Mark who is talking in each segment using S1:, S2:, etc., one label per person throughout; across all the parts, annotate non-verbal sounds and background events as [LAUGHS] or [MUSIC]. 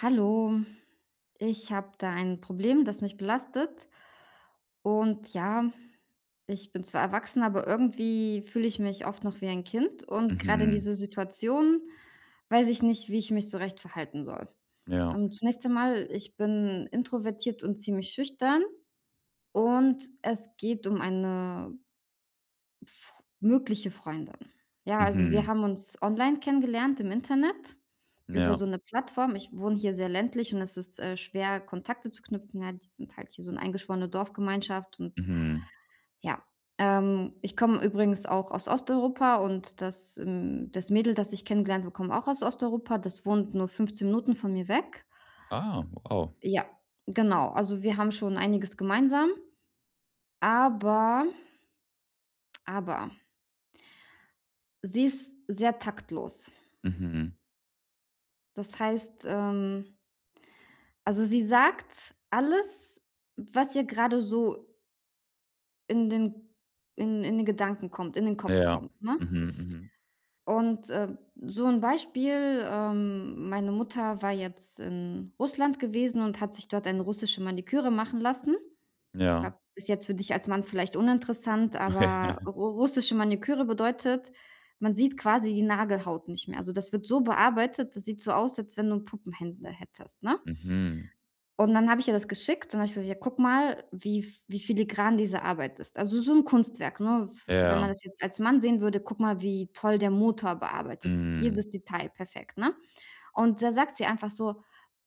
S1: Hallo, ich habe da ein Problem, das mich belastet. Und ja, ich bin zwar erwachsen, aber irgendwie fühle ich mich oft noch wie ein Kind. Und gerade in
S2: Mhm.
S1: dieser Situation weiß ich nicht, wie ich mich so recht verhalten soll.
S2: Ja.
S1: Zunächst einmal, ich bin introvertiert und ziemlich schüchtern. Und es geht um eine F mögliche Freundin. Ja, also wir
S2: Mhm.
S1: haben uns online kennengelernt im Internet über
S2: Ja.
S1: so eine Plattform. Ich wohne hier sehr ländlich und es ist, schwer, Kontakte zu knüpfen. Ja, die sind halt hier so eine eingeschworene Dorfgemeinschaft und
S2: Mhm.
S1: ja. Ich komme übrigens auch aus Osteuropa und das, das Mädel, das ich kennengelernt habe, kommt auch aus Osteuropa. Das wohnt nur 15 Minuten von mir weg.
S2: Ah, wow.
S1: Ja, genau. Also wir haben schon einiges gemeinsam, aber aber sie ist sehr taktlos.
S2: Mhm.
S1: Das heißt, also sie sagt alles, was ihr gerade so in den in den Gedanken kommt, in den Kopf
S2: Ja.
S1: kommt, ne?
S2: Mhm, mhm.
S1: Und, so ein Beispiel, meine Mutter war jetzt in Russland gewesen und hat sich dort eine russische Maniküre machen lassen.
S2: Ja.
S1: Wa ist jetzt für dich als Mann vielleicht uninteressant,
S2: Okay.
S1: aber
S2: [LAUGHS]
S1: ru russische Maniküre bedeutet, man sieht quasi die Nagelhaut nicht mehr. Also, das wird so bearbeitet, das sieht so aus, als wenn du Puppenhände hättest, ne?
S2: Mhm.
S1: Und dann habe ich ihr das geschickt und habe ich gesagt: „Ja, guck mal, wie filigran diese Arbeit ist.“ Also, so ein Kunstwerk, ne? W Wenn man
S2: Ja.
S1: das jetzt als Mann sehen würde: „Guck mal, wie toll der Motor bearbeitet ist,
S2: Mhm.
S1: jedes Detail perfekt“, ne? Und da sagt sie einfach so: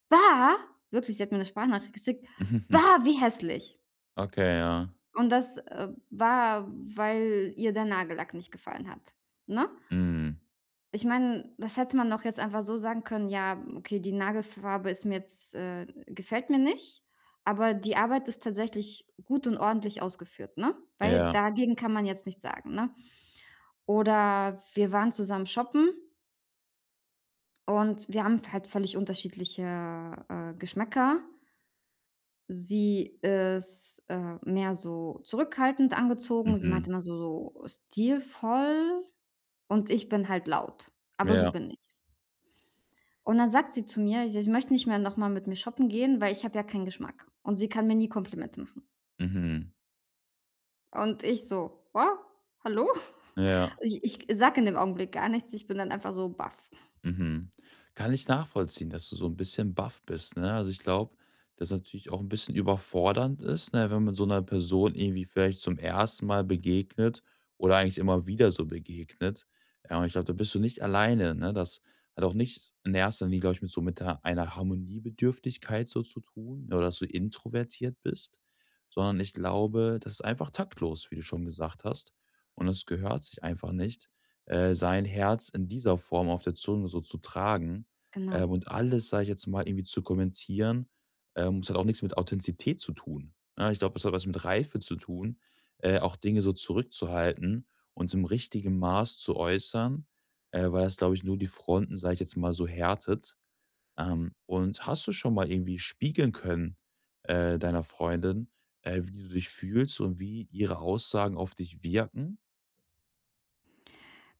S1: „Bah“, wirklich, sie hat mir 'ne Sprachnachricht geschickt: „Bah,
S2: [LAUGHS]
S1: wie hässlich.“
S2: Okay, ja.
S1: Und das, war, weil ihr der Nagellack nicht gefallen hat, ne?
S2: Mhm.
S1: Ich meine, das hätte man doch jetzt einfach so sagen können: „Ja, okay, die Nagelfarbe ist mir jetzt gefällt mir nicht, aber die Arbeit ist tatsächlich gut und ordentlich ausgeführt“, ne? Weil
S2: Ja.
S1: dagegen kann man jetzt nichts sagen, ne? Oder wir waren zusammen shoppen und wir haben halt völlig unterschiedliche, Geschmäcker. Sie ist, mehr so zurückhaltend angezogen. Sie
S2: Mhm.
S1: meinte immer so stilvoll und ich bin halt laut, aber so
S2: Ja.
S1: bin ich. Und dann sagt sie zu mir, ich möchte nicht mehr nochmal mit mir shoppen gehen, weil ich habe ja keinen Geschmack und sie kann mir nie Komplimente machen.
S2: Mhm.
S1: Und ich so: „What? Hallo?“
S2: Ja.
S1: Ich sage in dem Augenblick gar nichts. Ich bin dann einfach so baff.
S2: Mhm. Kann ich nachvollziehen, dass du so ein bisschen baff bist, ne? Also, ich glaube, dass natürlich auch ein bisschen überfordernd ist, ne, wenn man so einer Person irgendwie vielleicht zum ersten Mal begegnet oder eigentlich immer wieder so begegnet. Ja, und ich glaube, da bist du nicht alleine, ne? Das hat auch nichts in erster Linie, glaube ich, mit so mit der einer Harmoniebedürftigkeit so zu tun, ne, oder dass du introvertiert bist, sondern ich glaube, das ist einfach taktlos, wie du schon gesagt hast. Und es gehört sich einfach nicht, sein Herz in dieser Form auf der Zunge so zu tragen,
S1: Genau.
S2: und alles, sage ich jetzt mal, irgendwie zu kommentieren. Es hat auch nichts mit Authentizität zu tun. Ja, ich glaube, es hat was mit Reife zu tun, auch Dinge so zurückzuhalten und im richtigen Maß zu äußern, weil das, glaube ich, nur die Fronten, sage ich jetzt mal, so härtet. Und hast du schon mal irgendwie spiegeln können, deiner Freundin, wie du dich fühlst und wie ihre Aussagen auf dich wirken?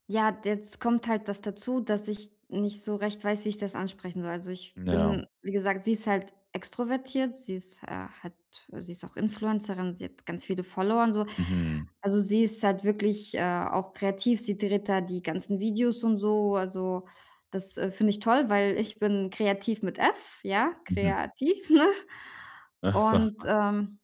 S1: Ja, jetzt kommt halt das dazu, dass ich nicht so recht weiß, wie ich das ansprechen soll. Also, ich
S2: Ja.
S1: bin wie gesagt, sie ist halt extrovertiert, sie ist, hat sie ist auch Influencerin, sie hat ganz viele Follower und so.
S2: Mhm.
S1: Also, sie ist halt wirklich, auch kreativ, sie dreht da die ganzen Videos und so. Also, das, finde ich toll, weil ich bin kreativ mit F, ja,
S2: Mhm.
S1: kreativ, [LAUGHS] ne?
S2: Ach so.
S1: Und,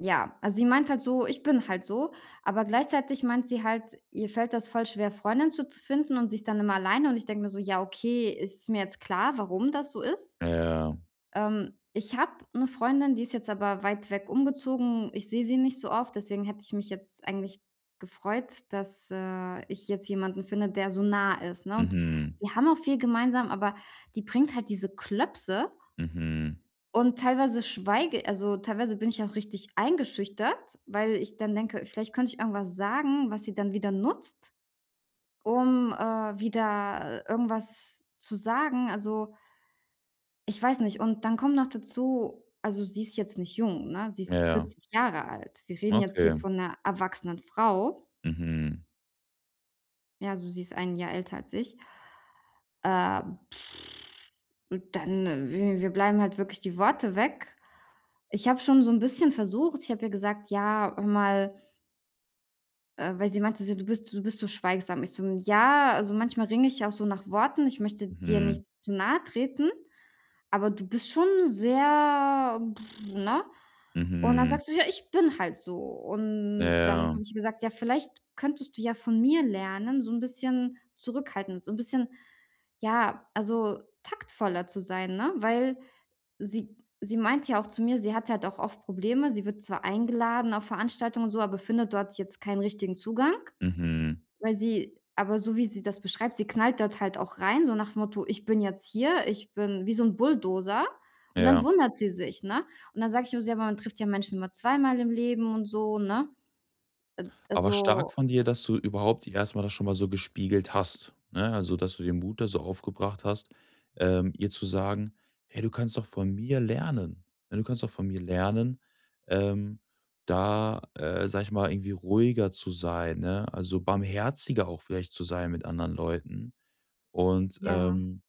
S1: ja, also sie meint halt so: „Ich bin halt so“, aber gleichzeitig meint sie halt, ihr fällt das voll schwer, Freundinnen zu finden und sie ist dann immer alleine und ich denke mir so: „Ja, okay, ist mir jetzt klar, warum das so ist.“
S2: Ja.
S1: Ich habe eine Freundin, die ist jetzt aber weit weg umgezogen. Ich sehe sie nicht so oft, deswegen hätte ich mich jetzt eigentlich gefreut, dass, ich jetzt jemanden finde, der so nah ist, ne? Und
S2: Mhm.
S1: wir haben auch viel gemeinsam, aber die bringt halt diese Klöpse
S2: Mhm.
S1: und teilweise bin ich auch richtig eingeschüchtert, weil ich dann denke, vielleicht könnte ich irgendwas sagen, was sie dann wieder nutzt, um, wieder irgendwas zu sagen. Also, ich weiß nicht. Und dann kommt noch dazu, also, sie ist jetzt nicht jung, ne? Sie ist
S2: Ja.
S1: 40 Jahre alt. Wir reden jetzt hier
S2: Okay.
S1: von einer erwachsenen Frau.
S2: Mhm.
S1: Ja, also, sie ist ein Jahr älter als ich. Ähm, und dann, w wir bleiben halt wirklich die Worte weg. Ich habe schon so ein bisschen versucht, ich habe ihr gesagt: „Ja, hör mal“. Weil sie meinte so: „Du bist so schweigsam.“ Ich so: „Hm, ja, also manchmal ringe ich ja auch so nach Worten. Ich möchte dir
S2: Mhm.
S1: nicht zu nahe treten, aber du bist schon sehr pff, ne?“ Und dann
S2: Mhm.
S1: sagst du: „Ja, ich bin halt so.“ Und dann
S2: Ja.
S1: habe ich gesagt: „Ja, vielleicht könntest du ja von mir lernen, so ein bisschen zurückhaltend, so ein bisschen, ja, also taktvoller zu sein“, ne? Weil sie sie meinte ja auch zu mir, sie hat halt auch oft Probleme. Sie wird zwar eingeladen auf Veranstaltungen und so, aber findet dort jetzt keinen richtigen Zugang.
S2: Mhm.
S1: Weil sie aber so wie sie das beschreibt, sie knallt dort halt auch rein, so nach dem Motto: „Ich bin jetzt hier, ich bin wie so 'n Bulldozer.“ Und dann
S2: Ja.
S1: wundert sie sich, ne? Und dann sage ich nur so: „Ja, aber man trifft ja Menschen immer zweimal im Leben und so“, ne?
S2: Aber stark
S1: Also,
S2: von dir, dass du überhaupt erst mal das schon mal so gespiegelt hast, ne? Also, dass du den Mut da so aufgebracht hast, ihr zu sagen: „Hey, du kannst doch von mir lernen. Ne, du kannst doch von mir lernen, ähm, da, sage ich mal, irgendwie ruhiger zu sein“, ne? Also, barmherziger auch vielleicht zu sein mit anderen Leuten und,
S1: ja,
S2: ähm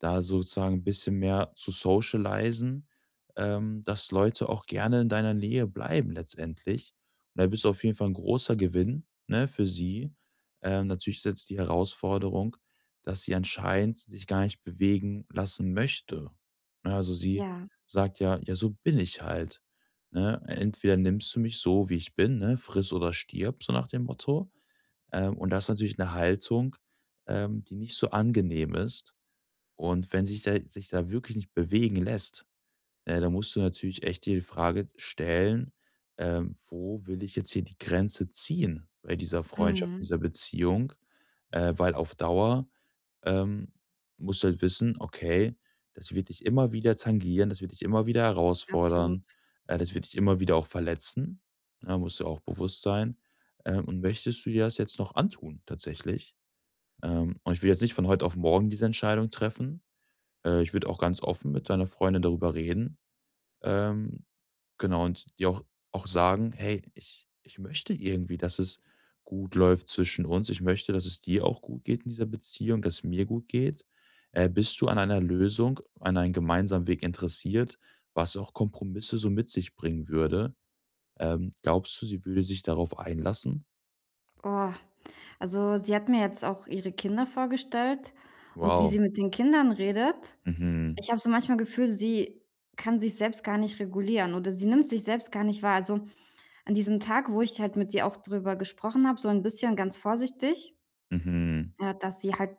S2: da sozusagen ein bisschen mehr zu socialisen, dass Leute auch gerne in deiner Nähe bleiben letztendlich. Und da bist du auf jeden Fall ein großer Gewinn, ne, für sie. Natürlich ist jetzt die Herausforderung, dass sie anscheinend sich gar nicht bewegen lassen möchte. Ne, also sie
S1: ja,
S2: sagt ja: „Ja, so bin ich halt, ne? Entweder nimmst du mich so, wie ich bin, ne, friss oder stirb“, so nach dem Motto. Und das ist natürlich eine Haltung, die nicht so angenehm ist. Und wenn sich da wirklich nicht bewegen lässt, ne, dann musst du natürlich echt dir die Frage stellen: „Wo will ich jetzt hier die Grenze ziehen bei dieser Freundschaft,
S1: mhm,
S2: dieser Beziehung?“ weil auf Dauer, ähm, musst du halt wissen: „Okay, das wird dich immer wieder tangieren, das wird dich immer wieder herausfordern,
S1: absolut.
S2: das wird dich immer wieder auch verletzen.“ Da musst du auch bewusst sein. Und möchtest du dir das jetzt noch antun tatsächlich? Und ich will jetzt nicht von heute auf morgen diese Entscheidung treffen. Ich würde auch ganz offen mit deiner Freundin darüber reden. Ähm, genau, und die auch sagen: „Hey, ich möchte irgendwie, dass es gut läuft zwischen uns. Ich möchte, dass es dir auch gut geht in dieser Beziehung, dass es mir gut geht. Bist du an einer Lösung, an einem gemeinsamen Weg interessiert?“ Was auch Kompromisse so mit sich bringen würde. Glaubst du, sie würde sich darauf einlassen?
S1: Oh, also, sie hat mir jetzt auch ihre Kinder vorgestellt und wie
S2: Wow.
S1: sie mit den Kindern redet.
S2: Mhm.
S1: Ich habe so manchmal Gefühl, sie kann sich selbst gar nicht regulieren oder sie nimmt sich selbst gar nicht wahr. Also, an diesem Tag, wo ich halt mit ihr auch drüber gesprochen habe, so ein bisschen ganz vorsichtig,
S2: Mhm.
S1: dass sie halt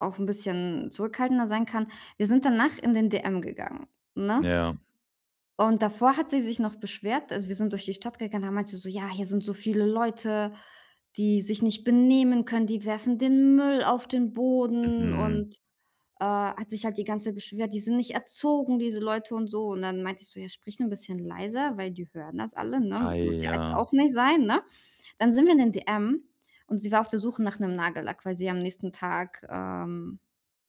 S1: auch 'n bisschen zurückhaltender sein kann. Wir sind danach in den DM gegangen, ne?
S2: Ja.
S1: Und davor hat sie sich noch beschwert, also, wir sind durch die Stadt gegangen, da meinte sie so: „Ja, hier sind so viele Leute, die sich nicht benehmen können, die werfen den Müll auf den Boden
S2: Mhm.
S1: und“, hat sich halt die ganze Zeit beschwert: „Die sind nicht erzogen, diese Leute und so.“ Und dann meinte ich so: „Ja, sprich ein bisschen leiser, weil die hören das alle, ne?
S2: Ei,
S1: Muss ja jetzt
S2: ja.
S1: auch nicht sein, ne?“ Dann sind wir in den DM und sie war auf der Suche nach einem Nagellack, weil sie am nächsten Tag, ähm,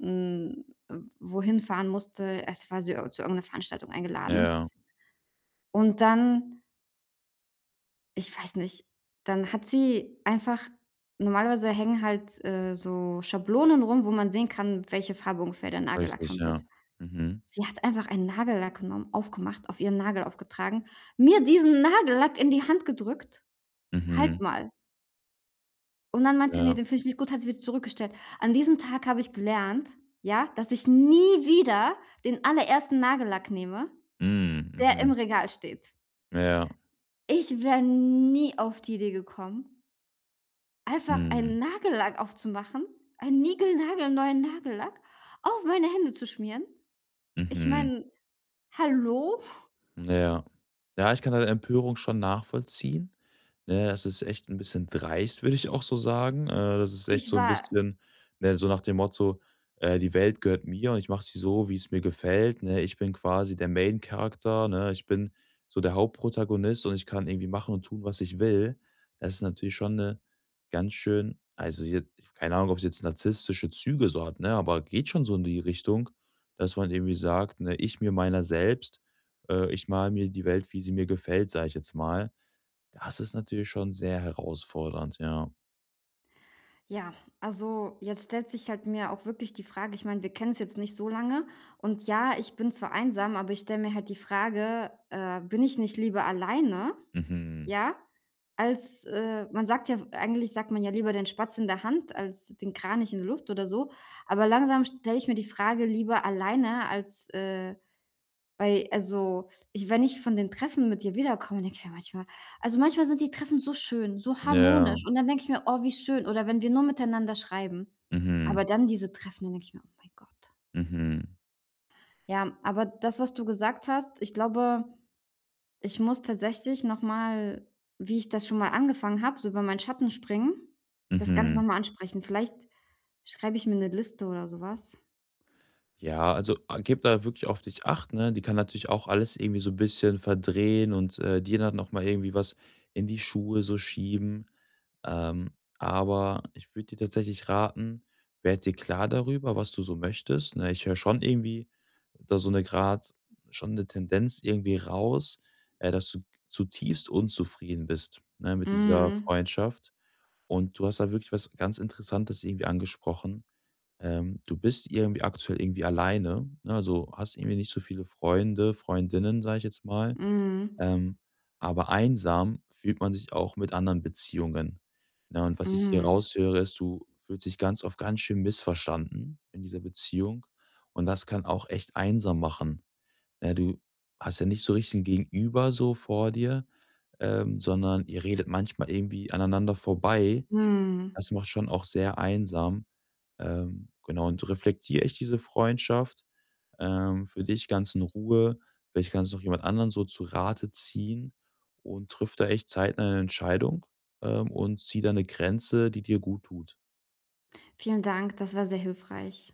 S1: hm, äh, wohin fahren musste. Erst war sie zu irgendeiner Veranstaltung eingeladen.
S2: Ja.
S1: Und dann, ich weiß nicht, dann hat sie einfach normalerweise hängen halt, so Schablonen rum, wo man sehen kann, welche Farbe ungefähr der Nagellack
S2: Richtig,
S1: haben
S2: ja.
S1: wird.
S2: Mhm.
S1: Sie hat einfach einen Nagellack genommen, aufgemacht, auf ihren Nagel aufgetragen, mir diesen Nagellack in die Hand gedrückt:
S2: Mhm.
S1: „Halt mal.“ Und dann meinte sie: „Ne,
S2: Ja.
S1: den finde ich nicht gut“, hat sie wieder zurückgestellt. An diesem Tag habe ich gelernt, ja, dass ich nie wieder den allerersten Nagellack nehme,
S2: Mhm.
S1: der im
S2: Mhm.
S1: Regal steht.
S2: Ja.
S1: Ich wäre nie auf die Idee gekommen, einfach
S2: Mhm.
S1: einen Nagellack aufzumachen, einen niegelnagelneuen Nagellack auf meine Hände zu schmieren. Ich
S2: Mhm.
S1: meine, hallo?
S2: Ja. Ja, ich kann deine Empörung schon nachvollziehen. Ne, das ist echt ein bisschen dreist, würde ich auch so sagen. Das ist echt
S1: Ich
S2: so ein
S1: war
S2: bisschen, ne, so nach dem Motto: „Die Welt gehört mir und ich mache sie so, wie es mir gefällt“, ne? Ich bin quasi der Main Character, ne? Ich bin so der Hauptprotagonist und ich kann irgendwie machen und tun, was ich will. Das ist natürlich schon 'ne ganz schön, also, sie hat keine Ahnung, ob's jetzt narzisstische Züge so hat, ne, aber geht schon so in die Richtung, dass man irgendwie sagt, ne: „Ich mir meiner selbst“ ich male mir die Welt, wie sie mir gefällt, sage ich jetzt mal. Das ist natürlich schon sehr herausfordernd, ja.
S1: Ja, also jetzt stellt sich halt mir auch wirklich die Frage, ich meine, wir kennen uns jetzt nicht so lange und ja, ich bin zwar einsam, aber ich stelle mir halt die Frage, bin ich nicht lieber alleine,
S2: Mhm.
S1: ja, als man sagt ja, eigentlich sagt man ja lieber den Spatz in der Hand als den Kranich in der Luft oder so, aber langsam stelle ich mir die Frage lieber alleine als weil also, ich wenn ich von den Treffen mit ihr wiederkomme, denke ich mir manchmal, also, manchmal sind die Treffen so schön, so
S2: Ja.
S1: harmonisch und dann denke ich mir: „Oh, wie schön.“ Oder wenn wir nur miteinander schreiben. Aber
S2: Mhm.
S1: dann diese Treffen, dann denke ich mir: „Oh mein Gott.“
S2: Mhm.
S1: Ja, aber das, was du gesagt hast, ich glaube, ich muss tatsächlich noch mal, wie ich das schon mal angefangen habe, so über meinen Schatten springen, das Ganze
S2: Mhm.
S1: noch mal ansprechen. Vielleicht schreibe ich mir eine Liste oder sowas.
S2: Ja, also, a gib da wirklich auf dich Acht, ne? Die kann natürlich auch alles irgendwie so 'n bisschen verdrehen und, dir dann noch mal irgendwie was in die Schuhe so schieben. Ähm, aber ich würde dir tatsächlich raten, werd dir klar darüber, was du so möchtest, ne? Ich höre schon irgendwie da so eine grad schon eine Tendenz irgendwie raus, dass du zutiefst unzufrieden bist, ne, mit dieser
S1: Mhm.
S2: Freundschaft. Und du hast da wirklich was ganz Interessantes irgendwie angesprochen. Du bist irgendwie aktuell irgendwie alleine, ne? Also, hast irgendwie nicht so viele Freunde, Freundinnen, sage ich jetzt mal.
S1: Mhm.
S2: Ähm, aber einsam fühlt man sich auch mit anderen Beziehungen, ne? Und was ich hier
S1: Mhm.
S2: raushöre, ist, du fühlst dich ganz oft ganz schön missverstanden in dieser Beziehung und das kann auch echt einsam machen, ne? Du hast ja nicht so richtig ein Gegenüber so vor dir, sondern ihr redet manchmal irgendwie aneinander vorbei.
S1: Mhm.
S2: Das macht schon auch sehr einsam. Genau, und reflektiere ich diese Freundschaft, für dich ganz in Ruhe? Vielleicht kannst du noch jemand anderen so zu Rate ziehen und triff da echt zeitnah eine Entscheidung, und zieh da eine Grenze, die dir gut tut.
S1: Vielen Dank, das war sehr hilfreich.